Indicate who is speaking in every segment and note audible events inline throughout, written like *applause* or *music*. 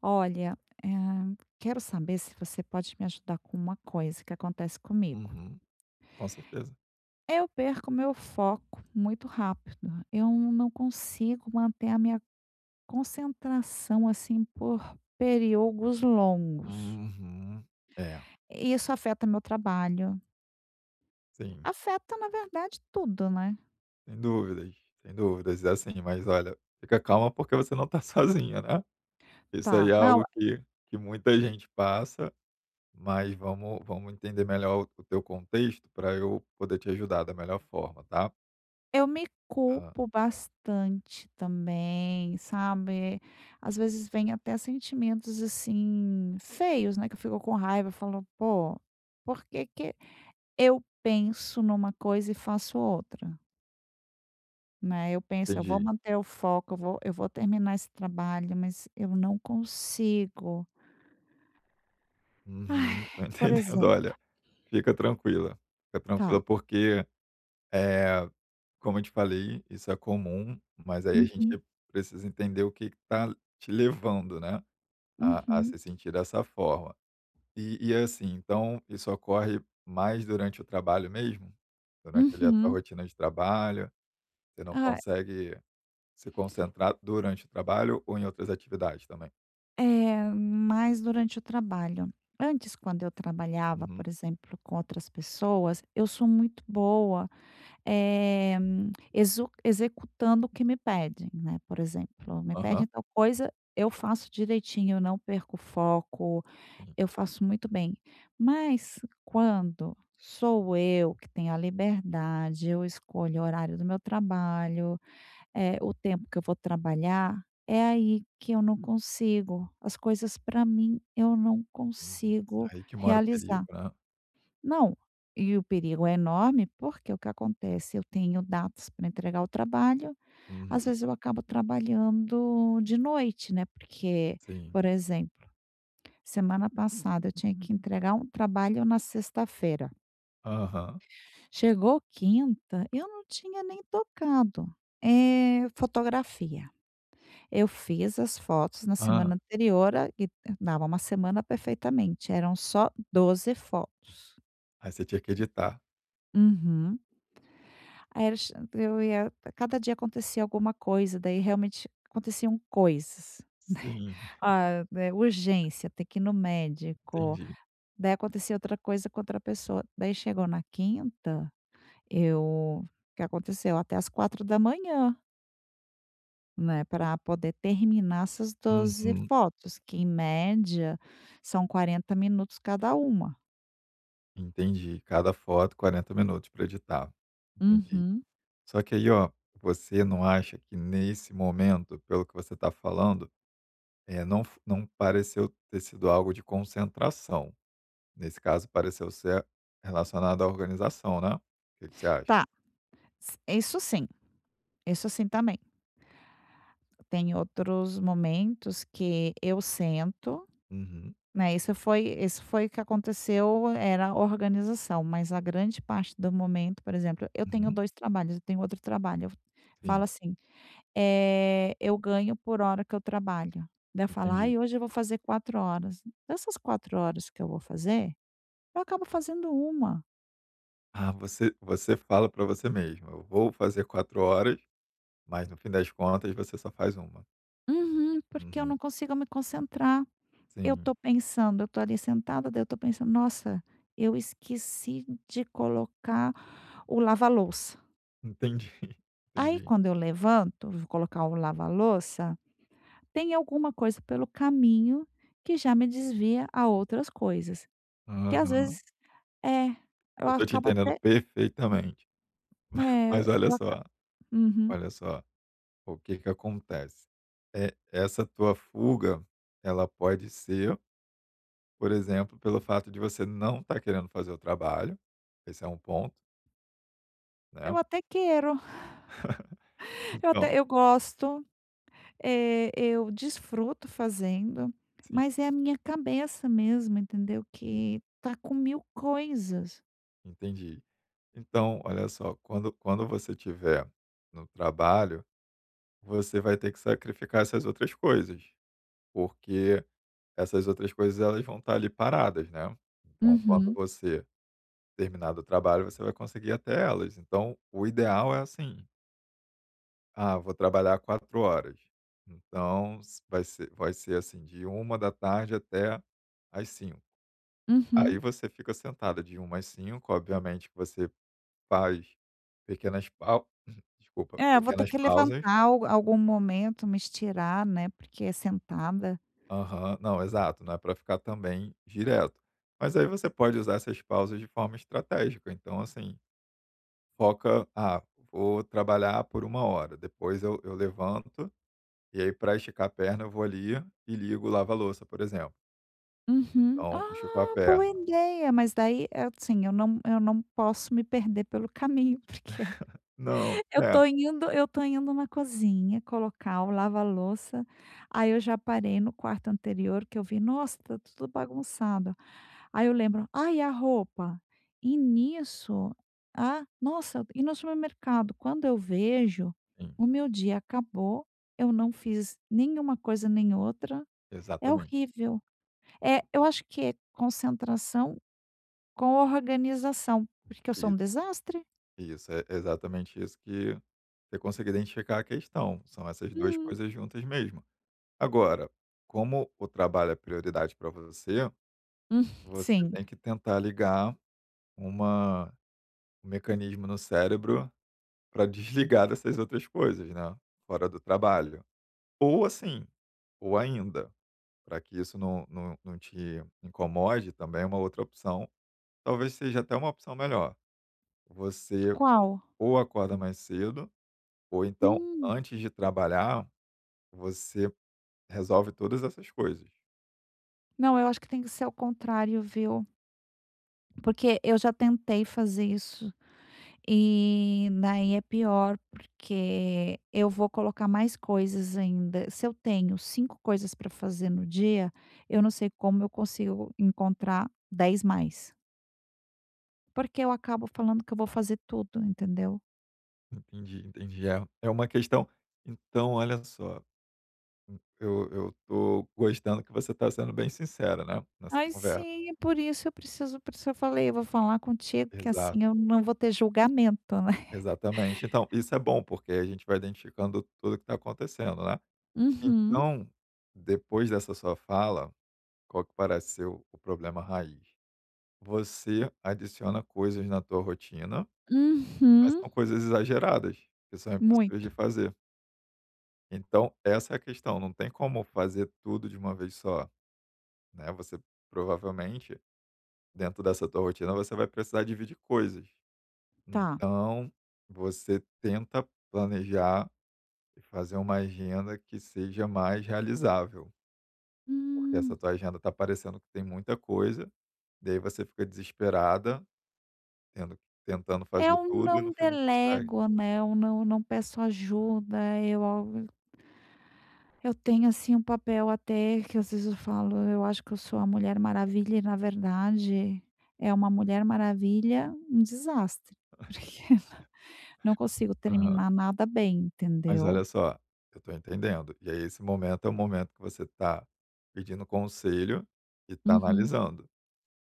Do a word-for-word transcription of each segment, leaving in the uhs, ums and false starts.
Speaker 1: Olha, eh, quero saber se você pode me ajudar com uma coisa que acontece comigo.
Speaker 2: Uhum, com certeza.
Speaker 1: Eu perco meu foco muito rápido. Eu não consigo manter a minha concentração assim por períodos longos.
Speaker 2: Uhum. É,
Speaker 1: E isso afeta meu trabalho.
Speaker 2: sim,
Speaker 1: Afeta, na verdade, tudo, né?
Speaker 2: sem dúvidas, sem dúvidas. É assim, mas olha, fica calma porque você não tá *laughs* sozinha, né. Isso aí
Speaker 1: Tá.
Speaker 2: é
Speaker 1: na
Speaker 2: algo que que muita gente passa, mas vamos vamos entender melhor o o teu contexto para eu poder te ajudar da melhor forma, tá.
Speaker 1: Eu me
Speaker 2: Hã.
Speaker 1: culpo bastante também, sabe. Às vezes vem até sentimentos, assim, feios, né, que eu fico com raiva, falo: "Pô, por que que eu penso numa coisa e faço outra?", né. Eu penso: "Eu vou
Speaker 2: Entendi.
Speaker 1: manter o foco, eu vou eu vou terminar esse trabalho", mas eu não consigo.
Speaker 2: Uhum, tô
Speaker 1: Por
Speaker 2: *laughs* entendendo.
Speaker 1: exemplo.
Speaker 2: Olha, fica tranquila, fica
Speaker 1: Tá.
Speaker 2: tranquila porque É, como eu te falei, isso é comum, mas aí a gente
Speaker 1: Uhum,
Speaker 2: precisa entender o que está te levando, né, a a
Speaker 1: uhum,
Speaker 2: se sentir dessa forma. E e assim, então isso ocorre mais durante o trabalho mesmo? Durante ali a tua
Speaker 1: uhum.
Speaker 2: rotina de trabalho, você não
Speaker 1: Ah.
Speaker 2: consegue se concentrar durante o trabalho ou em outras atividades também?
Speaker 1: É, mais durante o trabalho. Antes, quando eu trabalhava,
Speaker 2: Uhum.
Speaker 1: por exemplo, com outras pessoas, eu sou muito boa, eh, exu executando o que me pedem, né, por exemplo, me
Speaker 2: Aham.
Speaker 1: pedem tal coisa, eu faço direitinho, eu não perco o foco,
Speaker 2: Sim.
Speaker 1: eu faço muito bem. Mas quando sou eu que tenho a liberdade, eu escolho o horário do meu trabalho, eh, o tempo que eu vou trabalhar, é aí que eu não consigo. As coisas para mim eu não
Speaker 2: Uhum.
Speaker 1: consigo
Speaker 2: Aí que mora o perigo,
Speaker 1: realizar.
Speaker 2: né.
Speaker 1: Não, e o perigo é enorme, porque o que acontece? Eu tenho datas para entregar o trabalho, às
Speaker 2: Uhum.
Speaker 1: vezes eu acabo trabalhando de noite, né? Porque,
Speaker 2: Sim.
Speaker 1: por exemplo, semana passada eu tinha que entregar um trabalho na sexta-feira.
Speaker 2: Aham.
Speaker 1: Chegou quinta, eu não tinha nem tocado. É fotografia. Eu fiz as fotos na
Speaker 2: Hã.
Speaker 1: semana anterior a e dava uma semana perfeitamente, eram só doze fotos.
Speaker 2: Aí você tinha que editar.
Speaker 1: Uhum. Aí era che eu ia, cada dia acontecia alguma coisa, daí realmente aconteciam coisas. *laughs*
Speaker 2: Sim, *laughs*
Speaker 1: Ah, né, urgência, ter que ir no médico,
Speaker 2: entendi.
Speaker 1: daí acontecia outra coisa com outra pessoa. Daí chegou na quinta, eu, o que aconteceu? Até às da manhã. Né, para poder terminar essas doze
Speaker 2: Uhum,
Speaker 1: fotos, que em média são quarenta minutos cada uma.
Speaker 2: entendi. Cada foto quarenta minutos para editar. Entendi.
Speaker 1: Uhum.
Speaker 2: Só que aí, ó, você não acha que nesse momento, pelo que você está falando, é não f não pareceu ter sido algo de concentração. Nesse caso, pareceu ser relacionado à organização, né. O Que que você acha?
Speaker 1: Tá, s isso sim, isso sim também. Tem outros momentos que eu sento,
Speaker 2: Uhum,
Speaker 1: né, isso foi isso foi o que aconteceu, era a organização, mas a grande parte do momento, por exemplo, eu tenho
Speaker 2: uhum,
Speaker 1: dois trabalhos, eu tenho outro trabalho, eu falo
Speaker 2: sim,
Speaker 1: assim. Eh, eu ganho por hora que eu trabalho. Daí eu falo:
Speaker 2: entendi.
Speaker 1: "Ai, hoje eu vou fazer quatro horas". Dessas quatro horas que eu vou fazer, eu acabo fazendo uma.
Speaker 2: Ah, você você fala para você mesmo. "Eu vou fazer quatro horas", mas no fim das contas você só faz uma.
Speaker 1: Uhum, porque eu
Speaker 2: Uhum,
Speaker 1: não consigo me concentrar. Eu
Speaker 2: sim,
Speaker 1: tô pensando, eu tô ali sentada, daí eu tô pensando: "Nossa, eu esqueci de colocar o lava-louça".
Speaker 2: entendi, *laughs*
Speaker 1: Aí
Speaker 2: entendi.
Speaker 1: quando eu levanto, vou colocar o lava-louça, tem alguma coisa pelo caminho que já me desvia a outras coisas, que às
Speaker 2: Aham.
Speaker 1: vezes é, eu
Speaker 2: Eu tô te
Speaker 1: acabo
Speaker 2: entendendo
Speaker 1: até.
Speaker 2: perfeitamente.
Speaker 1: É,
Speaker 2: Mas olha
Speaker 1: eu aca
Speaker 2: só,
Speaker 1: uhum.
Speaker 2: olha só, o que que acontece? É essa tua fuga, ela pode ser, por exemplo, pelo fato de você não estar querendo fazer o trabalho, esse é um ponto,
Speaker 1: Eu
Speaker 2: né.
Speaker 1: até quero, *laughs* eu
Speaker 2: Então
Speaker 1: até eu gosto, eh, eu desfruto fazendo,
Speaker 2: sim,
Speaker 1: mas é a minha cabeça mesmo, entendeu,
Speaker 2: entendi,
Speaker 1: que tá com mil coisas.
Speaker 2: entendi. Então, olha só, quando quando você tiver no trabalho, você vai ter que sacrificar essas outras coisas, porque essas outras coisas elas vão estar ali paradas, né. Então quando
Speaker 1: Uhum,
Speaker 2: você Terminado o trabalho, você vai conseguir ir até elas. Então, o ideal é assim: "Ah, vou trabalhar quatro horas". Então, s vai ser vai ser assim, de uma da tarde até às cinco. Aí
Speaker 1: uhum.
Speaker 2: você fica sentada de uma às cinco, obviamente que você faz pequenas pau *clears throat* desculpa,
Speaker 1: É, vou ter
Speaker 2: pequenas
Speaker 1: que
Speaker 2: pausas.
Speaker 1: levantar al algum momento, me estirar, né, porque é sentada.
Speaker 2: Aham. Não, exato, não é para ficar também direto. Mas aí você pode usar essas pausas de forma estratégica. Então, assim, foca. Ah, vou trabalhar por uma hora, depois eu eu levanto, e aí para esticar a perna eu vou ali e ligo o lava-louça, por exemplo.
Speaker 1: Uhum.
Speaker 2: Então, esticou a
Speaker 1: Ah, boa
Speaker 2: perna.
Speaker 1: ideia, mas daí, assim, eu não eu não posso me perder pelo caminho, *laughs* porque
Speaker 2: Não,
Speaker 1: eu
Speaker 2: é,
Speaker 1: tô indo eu tô indo na cozinha colocar o lava-louça, aí eu já parei no quarto anterior que eu vi: "Nossa, tá tudo bagunçado". Aí eu lembro: "Ai, a roupa". E nisso, ah, nossa, e no supermercado, quando eu vejo,
Speaker 2: sim,
Speaker 1: o meu dia acabou, eu não fiz nenhuma coisa nem outra. É
Speaker 2: exatamente.
Speaker 1: horrível. É, eu acho que é concentração com organização, porque eu sou
Speaker 2: Isso,
Speaker 1: um desastre.
Speaker 2: isso, é exatamente isso, que você conseguiu identificar a questão, são essas duas
Speaker 1: Hum.
Speaker 2: coisas
Speaker 1: *laughs*
Speaker 2: juntas mesmo. Agora, como o trabalho é prioridade para você,
Speaker 1: Hum,
Speaker 2: você
Speaker 1: sim.
Speaker 2: tem que tentar ligar uma um mecanismo no cérebro para desligar dessas outras coisas, né, fora do trabalho. Ou assim, ou ainda, para que isso não não não te incomode também, é uma outra opção, talvez seja até uma opção melhor, você
Speaker 1: Qual?
Speaker 2: ou acorda mais cedo, ou então
Speaker 1: Hum.
Speaker 2: antes de trabalhar, você resolve todas essas coisas.
Speaker 1: Não, eu acho que tem que ser ao contrário, viu. Porque eu já tentei fazer isso, e daí é pior, porque eu vou colocar mais coisas ainda. Se eu tenho cinco coisas para fazer no dia, eu não sei como eu consigo encontrar dez mais. Porque eu acabo falando que eu vou fazer tudo, entendeu.
Speaker 2: Entendi, entendi. É é uma questão, então olha só, eu eu tô gostando que você está sendo bem sincera, né, nessa
Speaker 1: Ai,
Speaker 2: conversa.
Speaker 1: sim, é por isso eu preciso por isso eu falei, eu vou falar contigo que
Speaker 2: Exato.
Speaker 1: assim eu não vou ter julgamento, né. *laughs*
Speaker 2: Exatamente. Então, isso é bom, porque a gente vai identificando tudo que está acontecendo, né.
Speaker 1: Uhum,
Speaker 2: Então, depois dessa sua fala, qual que pareceu o o problema raiz? Você adiciona coisas na tua rotina, mas
Speaker 1: uhum,
Speaker 2: são coisas exageradas, que são impossíveis de
Speaker 1: muito.
Speaker 2: fazer. Então, essa é a questão, não tem como fazer tudo de uma vez só, né, você provavelmente, dentro dessa tua rotina, você vai precisar dividir coisas.
Speaker 1: Tá.
Speaker 2: Então, você tenta planejar e fazer uma agenda que seja mais realizável, porque essa
Speaker 1: Hum.
Speaker 2: tua agenda tá parecendo que tem muita coisa, e aí você fica desesperada, tendo tentando
Speaker 1: É
Speaker 2: fazer
Speaker 1: um
Speaker 2: tudo e no
Speaker 1: não
Speaker 2: fim não consegue.
Speaker 1: delego, né, um não não peço ajuda, eu eu tenho, assim, um papel até que às vezes eu falo: "Eu acho que eu sou a Mulher Maravilha", e na verdade é uma Mulher Maravilha, um desastre, *laughs* porque não consigo
Speaker 2: Aham.
Speaker 1: terminar nada bem,
Speaker 2: Mas
Speaker 1: entendeu.
Speaker 2: olha só, eu tô entendendo. E aí esse momento é o momento que você tá pedindo conselho e tá
Speaker 1: Uhum.
Speaker 2: analisando.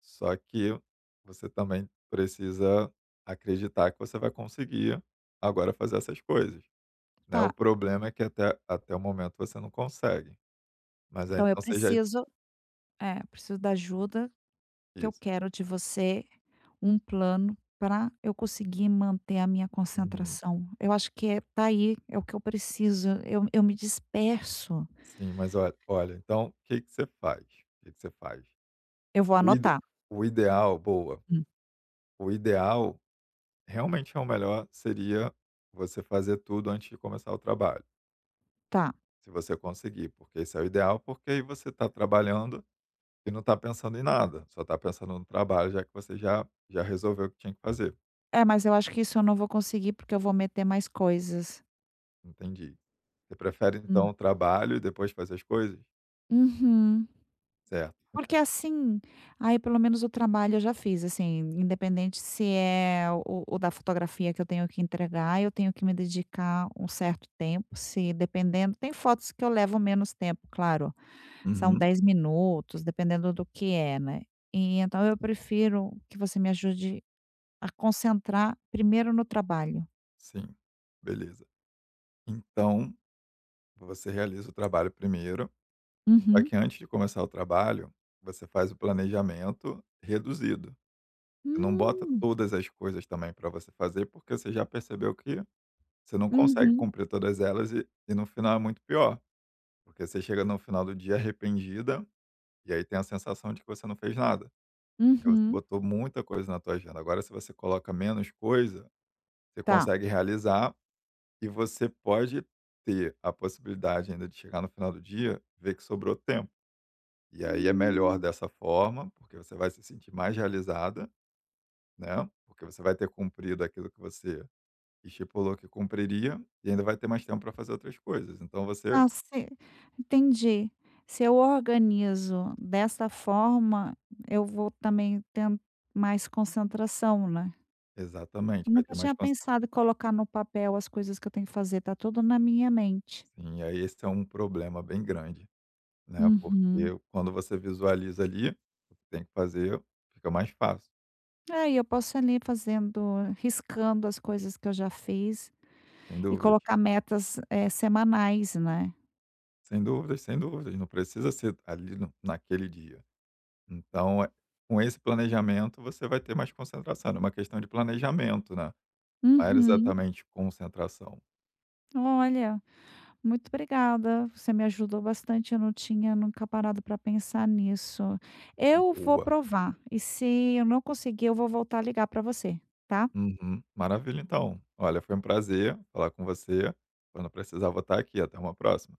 Speaker 2: Só que você também precisa acreditar que você vai conseguir agora fazer essas coisas, né.
Speaker 1: Tá,
Speaker 2: O problema é que até até o momento você não consegue. Mas aí
Speaker 1: então eu
Speaker 2: então você já
Speaker 1: preciso, é, preciso da ajuda que eu
Speaker 2: Isso.
Speaker 1: quero de você, um plano para eu conseguir manter a minha
Speaker 2: Uhum.
Speaker 1: concentração. Eu acho que é tá aí, é o que eu preciso. Eu eu me disperso.
Speaker 2: Sim, mas olha olha, então o que que você faz? O que que você faz?
Speaker 1: Eu vou
Speaker 2: O ide
Speaker 1: anotar.
Speaker 2: o ideal, boa.
Speaker 1: Hum,
Speaker 2: O ideal, realmente é o melhor, seria você fazer tudo antes de começar o trabalho,
Speaker 1: tá.
Speaker 2: se você conseguir, porque esse é o ideal, porque aí você está trabalhando e não está pensando em nada, só está pensando no trabalho, já que você já já resolveu o que tinha que fazer.
Speaker 1: É, mas eu acho que isso eu não vou conseguir, porque eu vou meter mais coisas.
Speaker 2: Entendi. Você prefere então
Speaker 1: Hum.
Speaker 2: o trabalho e depois fazer as coisas?
Speaker 1: Uhum.
Speaker 2: Certo.
Speaker 1: Porque assim, aí pelo menos o trabalho eu já fiz, assim, independente se é o o da fotografia que eu tenho que entregar, eu tenho que me dedicar um certo tempo, se dependendo tem fotos que eu levo menos tempo, claro. São
Speaker 2: Uhum.
Speaker 1: dez minutos, dependendo do que é, né. E então eu prefiro que você me ajude a concentrar primeiro no trabalho.
Speaker 2: Sim, beleza. Então, você realiza o trabalho primeiro, só
Speaker 1: Uhum.
Speaker 2: que antes de começar o trabalho, você faz o planejamento reduzido. Você não bota
Speaker 1: Hum.
Speaker 2: todas as coisas também para você fazer, porque você já percebeu que você não consegue
Speaker 1: Uhum,
Speaker 2: cumprir todas elas e, e no final é muito pior, porque você chega no final do dia arrependida e aí tem a sensação de que você não fez nada, porque você
Speaker 1: uhum.
Speaker 2: botou muita coisa na tua agenda. Agora, se você coloca menos coisa, você
Speaker 1: Tá.
Speaker 2: consegue realizar e você pode ter a possibilidade ainda de chegar no final do dia, ver que sobrou tempo. E aí é melhor
Speaker 1: Hum.
Speaker 2: dessa forma, porque você vai se sentir mais realizada, né? Porque você vai ter cumprido aquilo que você estipulou que cumpriria e ainda vai ter mais tempo para fazer outras coisas. Então você
Speaker 1: Tá, ce entendi. Se eu organizo dessa forma, eu vou também ter mais concentração, né.
Speaker 2: exatamente,
Speaker 1: Eu
Speaker 2: vai
Speaker 1: nunca
Speaker 2: ter mais
Speaker 1: tinha
Speaker 2: cons
Speaker 1: pensado em colocar no papel as coisas que eu tenho que fazer, tá tudo na minha mente.
Speaker 2: E aí esse é um problema bem grande, né?
Speaker 1: Uhum.
Speaker 2: Porque quando você visualiza ali o que tem que fazer, fica mais fácil,
Speaker 1: É, e eu posso ir ali fazendo riscando as coisas que eu já fiz
Speaker 2: sem
Speaker 1: e
Speaker 2: dúvidas.
Speaker 1: colocar metas, eh, semanais, né.
Speaker 2: Sem dúvidas, sem dúvidas, não precisa ser ali no naquele dia. Então, eh, com esse planejamento, você vai ter mais concentração, é uma questão de planejamento, né? Não era
Speaker 1: Uhum.
Speaker 2: exatamente concentração.
Speaker 1: Olha, muito obrigada, você me ajudou bastante, eu não tinha nunca parado para pensar nisso. Eu vou
Speaker 2: Boa.
Speaker 1: provar e se eu não conseguir, eu vou voltar a ligar para você, tá?
Speaker 2: Uhum. Maravilha, então. Olha, foi um prazer falar com você. Quando precisar, vou estar aqui. Até uma próxima.